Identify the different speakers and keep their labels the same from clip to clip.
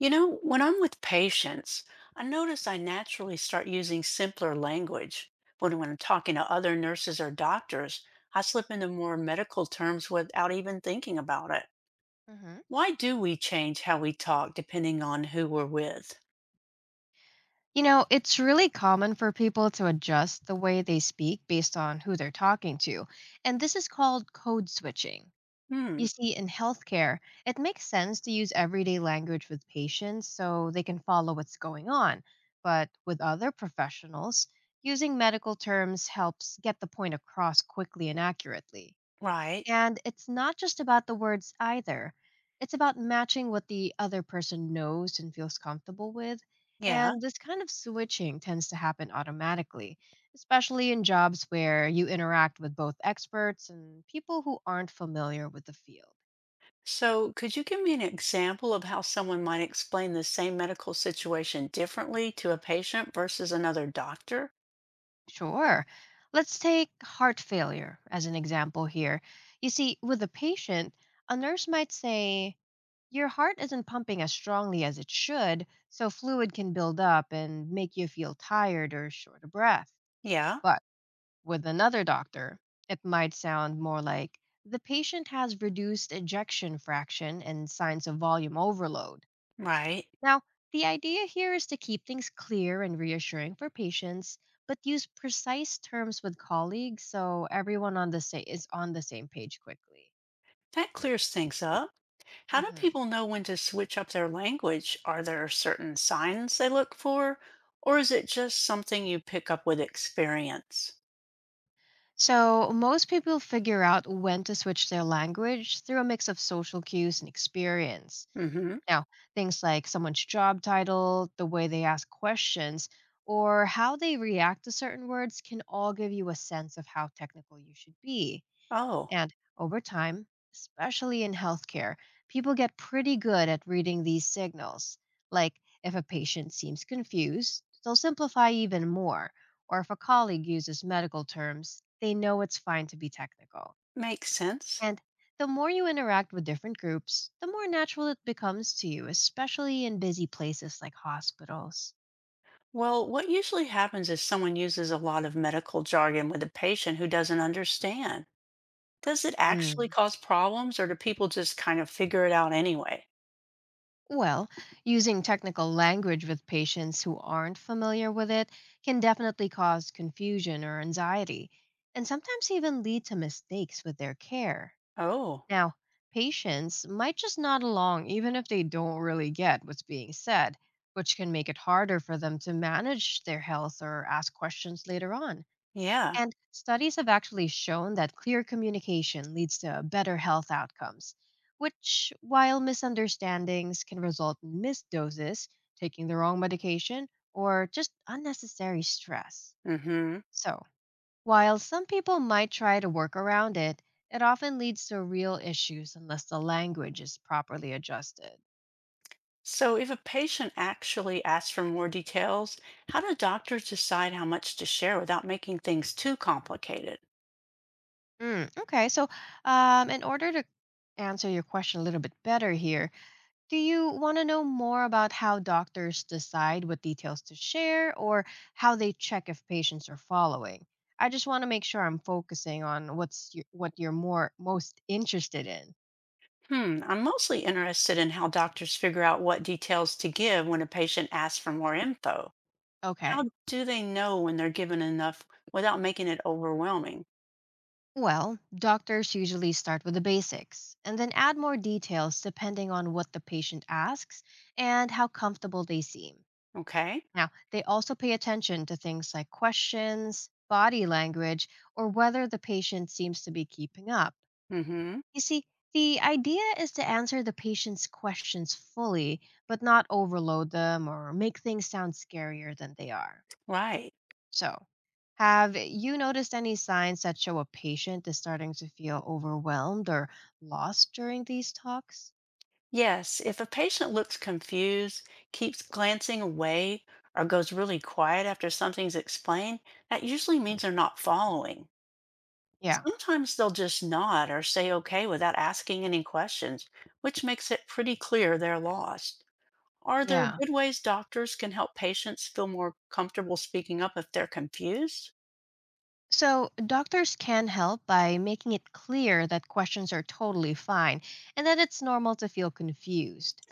Speaker 1: You know, when I'm with patients, I notice I naturally start using simpler language. But when I'm talking to other nurses or doctors, I slip into more medical terms without even thinking about it.
Speaker 2: Hmm.
Speaker 1: Why do we change how we talk depending on who we're with?
Speaker 2: You know, it's really common for people to adjust the way they speak based on who they're talking to, and this is called code switching. You
Speaker 1: Hmm.
Speaker 2: see, in healthcare, it makes sense to use everyday language with patients so they can follow what's going on. But with other professionals, using medical terms helps get the point across quickly and accurately.
Speaker 1: Right.
Speaker 2: And it's not just about the words either, it's about matching what the other person knows and feels comfortable with.
Speaker 1: Yeah.
Speaker 2: And this kind of switching tends to happen automatically, especially in jobs where you interact with both experts and people who aren't familiar with the field.
Speaker 1: So, could you give me an example of how someone might explain the same medical situation differently to a patient versus another doctor?
Speaker 2: Sure. Let's take heart failure as an example here. You see, with a patient, a nurse might say, your heart isn't pumping as strongly as it should, so fluid can build up and make you feel tired or short of breath.
Speaker 1: Yeah.
Speaker 2: But with another doctor, it might sound more like the patient has reduced ejection fraction and signs of volume overload.
Speaker 1: Right.
Speaker 2: Now, the idea here is to keep things clear and reassuring for patients, but use precise terms with colleagues so everyone on the is on the same page quickly.
Speaker 1: That clears things up. How do
Speaker 2: Hmm.
Speaker 1: people know when to switch up their language? Are there certain signs they look for, or is it just something you pick up with experience?
Speaker 2: So, most people figure out when to switch their language through a mix of social cues and experience.
Speaker 1: Mm-hmm.
Speaker 2: Now, things like someone's job title, the way they ask questions, or how they react to certain words can all give you a sense of how technical you should be.
Speaker 1: Oh,
Speaker 2: And over time, especially in healthcare, people get pretty good at reading these signals. Like if a patient seems confused, they'll simplify even more. Or if a colleague uses medical terms, they know it's fine to be technical.
Speaker 1: makes sense.
Speaker 2: And the more you interact with different groups, the more natural it becomes to you, especially in busy places like hospitals.
Speaker 1: Well, what usually happens is someone uses a lot of medical jargon with a patient who doesn't understand. Does it actually
Speaker 2: Mm.
Speaker 1: cause problems, or do people just kind of figure it out anyway?
Speaker 2: Well, using technical language with patients who aren't familiar with it can definitely cause confusion or anxiety, and sometimes even lead to mistakes with their care.
Speaker 1: Oh,
Speaker 2: Now, patients might just nod along even if they don't really get what's being said, which can make it harder for them to manage their health or ask questions later on.
Speaker 1: yeah.
Speaker 2: And studies have actually shown that clear communication leads to better health outcomes, which, while misunderstandings can result in missed doses, taking the wrong medication, or just unnecessary stress.
Speaker 1: Mm-hmm.
Speaker 2: So, while some people might try to work around it, it often leads to real issues unless the language is properly adjusted.
Speaker 1: So, if a patient actually asks for more details, how do doctors decide how much to share without making things too complicated?
Speaker 2: Okay, so in order to answer your question a little bit better here, do you want to know more about how doctors decide what details to share or how they check if patients are following? I just want to make sure I'm focusing on what you're more most interested in.
Speaker 1: Hmm, I'm mostly interested in how doctors figure out what details to give when a patient asks for more info. How
Speaker 2: Okay.
Speaker 1: do they know when they're given enough without making it overwhelming?
Speaker 2: Well, doctors usually start with the basics and then add more details depending on what the patient asks and how comfortable they seem.
Speaker 1: Okay.
Speaker 2: Now, they also pay attention to things like questions, body language, or whether the patient seems to be keeping up.
Speaker 1: Mm-hmm.
Speaker 2: You see, the idea is to answer the patient's questions fully, but not overload them or make things sound scarier than they are.
Speaker 1: Right.
Speaker 2: So, have you noticed any signs that show a patient is starting to feel overwhelmed or lost during these talks?
Speaker 1: Yes, if a patient looks confused, keeps glancing away, or goes really quiet after something's explained, that usually means they're not following.
Speaker 2: Yeah,
Speaker 1: Sometimes they'll just nod or say okay without asking any questions, which makes it pretty clear they're lost. Are there
Speaker 2: yeah.
Speaker 1: good ways doctors can help patients feel more comfortable speaking up if they're confused?
Speaker 2: So, doctors can help by making it clear that questions are totally fine and that it's normal to feel confused.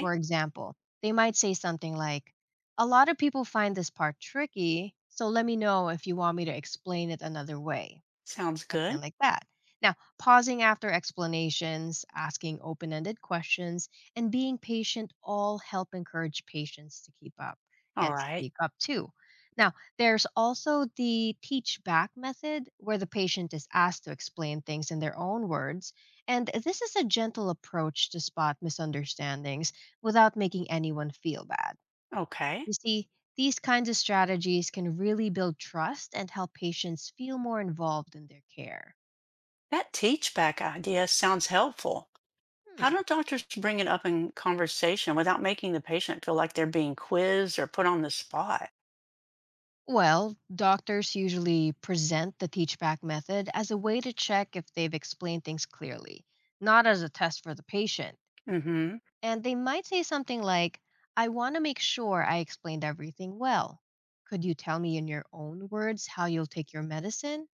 Speaker 2: For example, they might say something like, a lot of people find this part tricky, so let me know if you want me to explain it another way.
Speaker 1: sounds
Speaker 2: Something
Speaker 1: good.
Speaker 2: like that. Now, pausing after explanations, asking open ended questions, and being patient all help encourage patients to keep up
Speaker 1: All
Speaker 2: and
Speaker 1: right,
Speaker 2: speak up too. Now, there's also the teach back method where the patient is asked to explain things in their own words. And this is a gentle approach to spot misunderstandings without making anyone feel bad.
Speaker 1: okay.
Speaker 2: You see, these kinds of strategies can really build trust and help patients feel more involved in their care.
Speaker 1: That teach back idea sounds helpful. How
Speaker 2: Hmm.
Speaker 1: do doctors bring it up in conversation without making the patient feel like they're being quizzed or put on the spot?
Speaker 2: Well, doctors usually present the teach back method as a way to check if they've explained things clearly, not as a test for the patient.
Speaker 1: Mm hmm.
Speaker 2: And they might say something like, I want to make sure I explained everything well. Could you tell me in your own words how you'll take your medicine?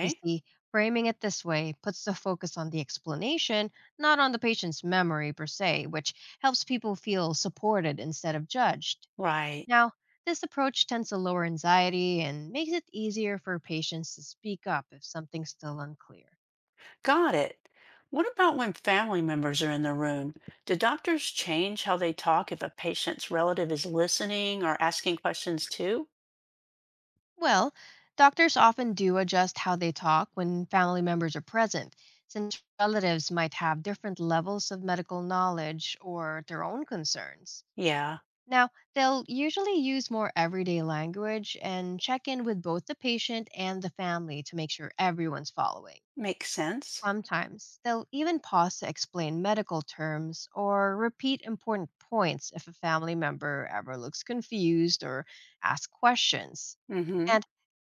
Speaker 2: You see, framing it this way puts the focus on the explanation, not on the patient's memory per se, which helps people feel supported instead of judged.
Speaker 1: right.
Speaker 2: Now, this approach tends to lower anxiety and makes it easier for patients to speak up if something's still unclear.
Speaker 1: Got it. What about when family members are in the room? Do doctors change how they talk if a patient's relative is listening or asking questions too?
Speaker 2: Well, doctors often do adjust how they talk when family members are present, since relatives might have different levels of medical knowledge or their own concerns.
Speaker 1: Yeah,
Speaker 2: Now, they'll usually use more everyday language and check in with both the patient and the family to make sure everyone's following.
Speaker 1: makes sense.
Speaker 2: Sometimes they'll even pause to explain medical terms or repeat important points if a family member ever looks confused or asks questions.
Speaker 1: Mm-hmm.
Speaker 2: And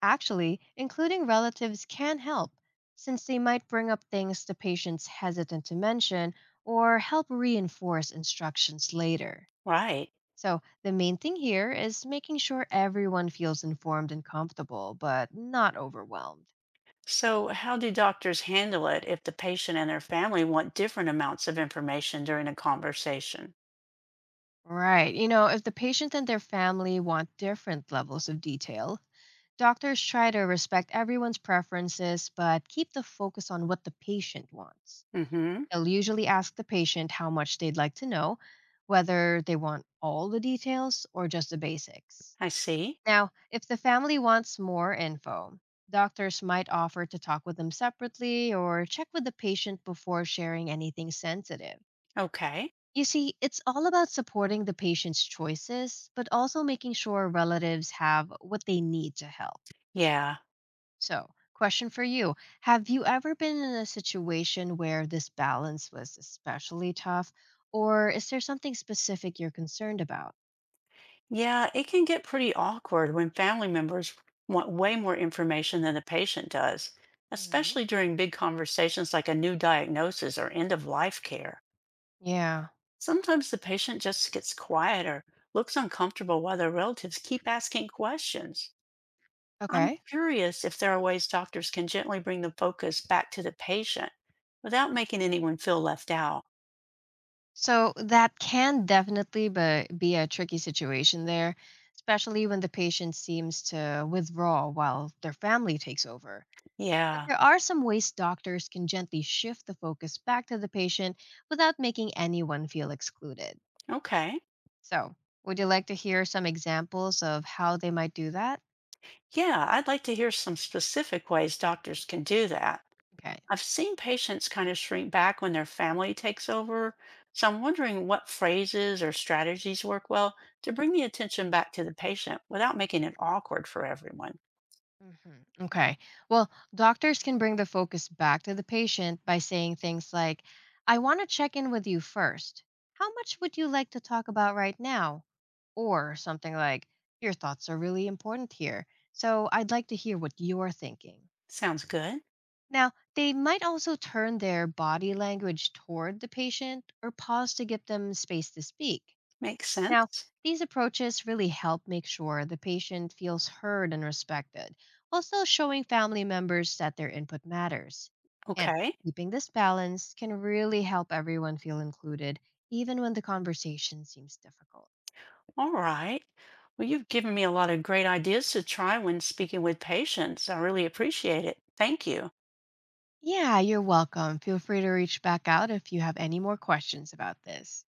Speaker 2: actually, including relatives can help, since they might bring up things the patient's hesitant to mention or help reinforce instructions later.
Speaker 1: Right.
Speaker 2: So, the main thing here is making sure everyone feels informed and comfortable, but not overwhelmed.
Speaker 1: So, how do doctors handle it if the patient and their family want different amounts of information during a conversation?
Speaker 2: Right. You know, if the patient and their family want different levels of detail, doctors try to respect everyone's preferences but keep the focus on what the patient wants.
Speaker 1: Mm-hmm.
Speaker 2: They'll usually ask the patient how much they'd like to know, whether they want all the details or just the basics.
Speaker 1: I see.
Speaker 2: Now, if the family wants more info, doctors might offer to talk with them separately or check with the patient before sharing anything sensitive.
Speaker 1: Okay.
Speaker 2: You see, it's all about supporting the patient's choices, but also making sure relatives have what they need to help.
Speaker 1: Yeah.
Speaker 2: So, question for you. Have you ever been in a situation where this balance was especially tough, or is there something specific you're concerned about?
Speaker 1: Yeah, it can get pretty awkward when family members want way more information than the patient does,
Speaker 2: Mhm.
Speaker 1: especially during big conversations like a new diagnosis or end of life care.
Speaker 2: Yeah.
Speaker 1: Sometimes the patient just gets quiet or looks uncomfortable while their relatives keep asking questions. I'm
Speaker 2: Okay.
Speaker 1: curious if there are ways doctors can gently bring the focus back to the patient without making anyone feel left out.
Speaker 2: So that can definitely be a tricky situation there, especially when the patient seems to withdraw while their family takes over. But
Speaker 1: Yeah,
Speaker 2: there are some ways doctors can gently shift the focus back to the patient without making anyone feel excluded.
Speaker 1: okay.
Speaker 2: So, would you like to hear some examples of how they might do that?
Speaker 1: Yeah, I'd like to hear some specific ways doctors can do that.
Speaker 2: Okay.
Speaker 1: I've seen patients kind of shrink back when their family takes over. So I'm wondering what phrases or strategies work well to bring the attention back to the patient without making it awkward for everyone.
Speaker 2: Mhm. Okay. Well, doctors can bring the focus back to the patient by saying things like, I want to check in with you first. How much would you like to talk about right now? Or something like, your thoughts are really important here. So I'd like to hear what you're thinking.
Speaker 1: Sounds good.
Speaker 2: Now, they might also turn their body language toward the patient or pause to give them space to speak.
Speaker 1: Makes
Speaker 2: Now,
Speaker 1: sense.
Speaker 2: these approaches really help make sure the patient feels heard and respected, while still showing family members that their input matters. And
Speaker 1: Okay.
Speaker 2: keeping this balance can really help everyone feel included, even when the conversation seems difficult.
Speaker 1: All right. Well, you've given me a lot of great ideas to try when speaking with patients. I really appreciate it. Thank you.
Speaker 2: Yeah, you're welcome. Feel free to reach back out if you have any more questions about this.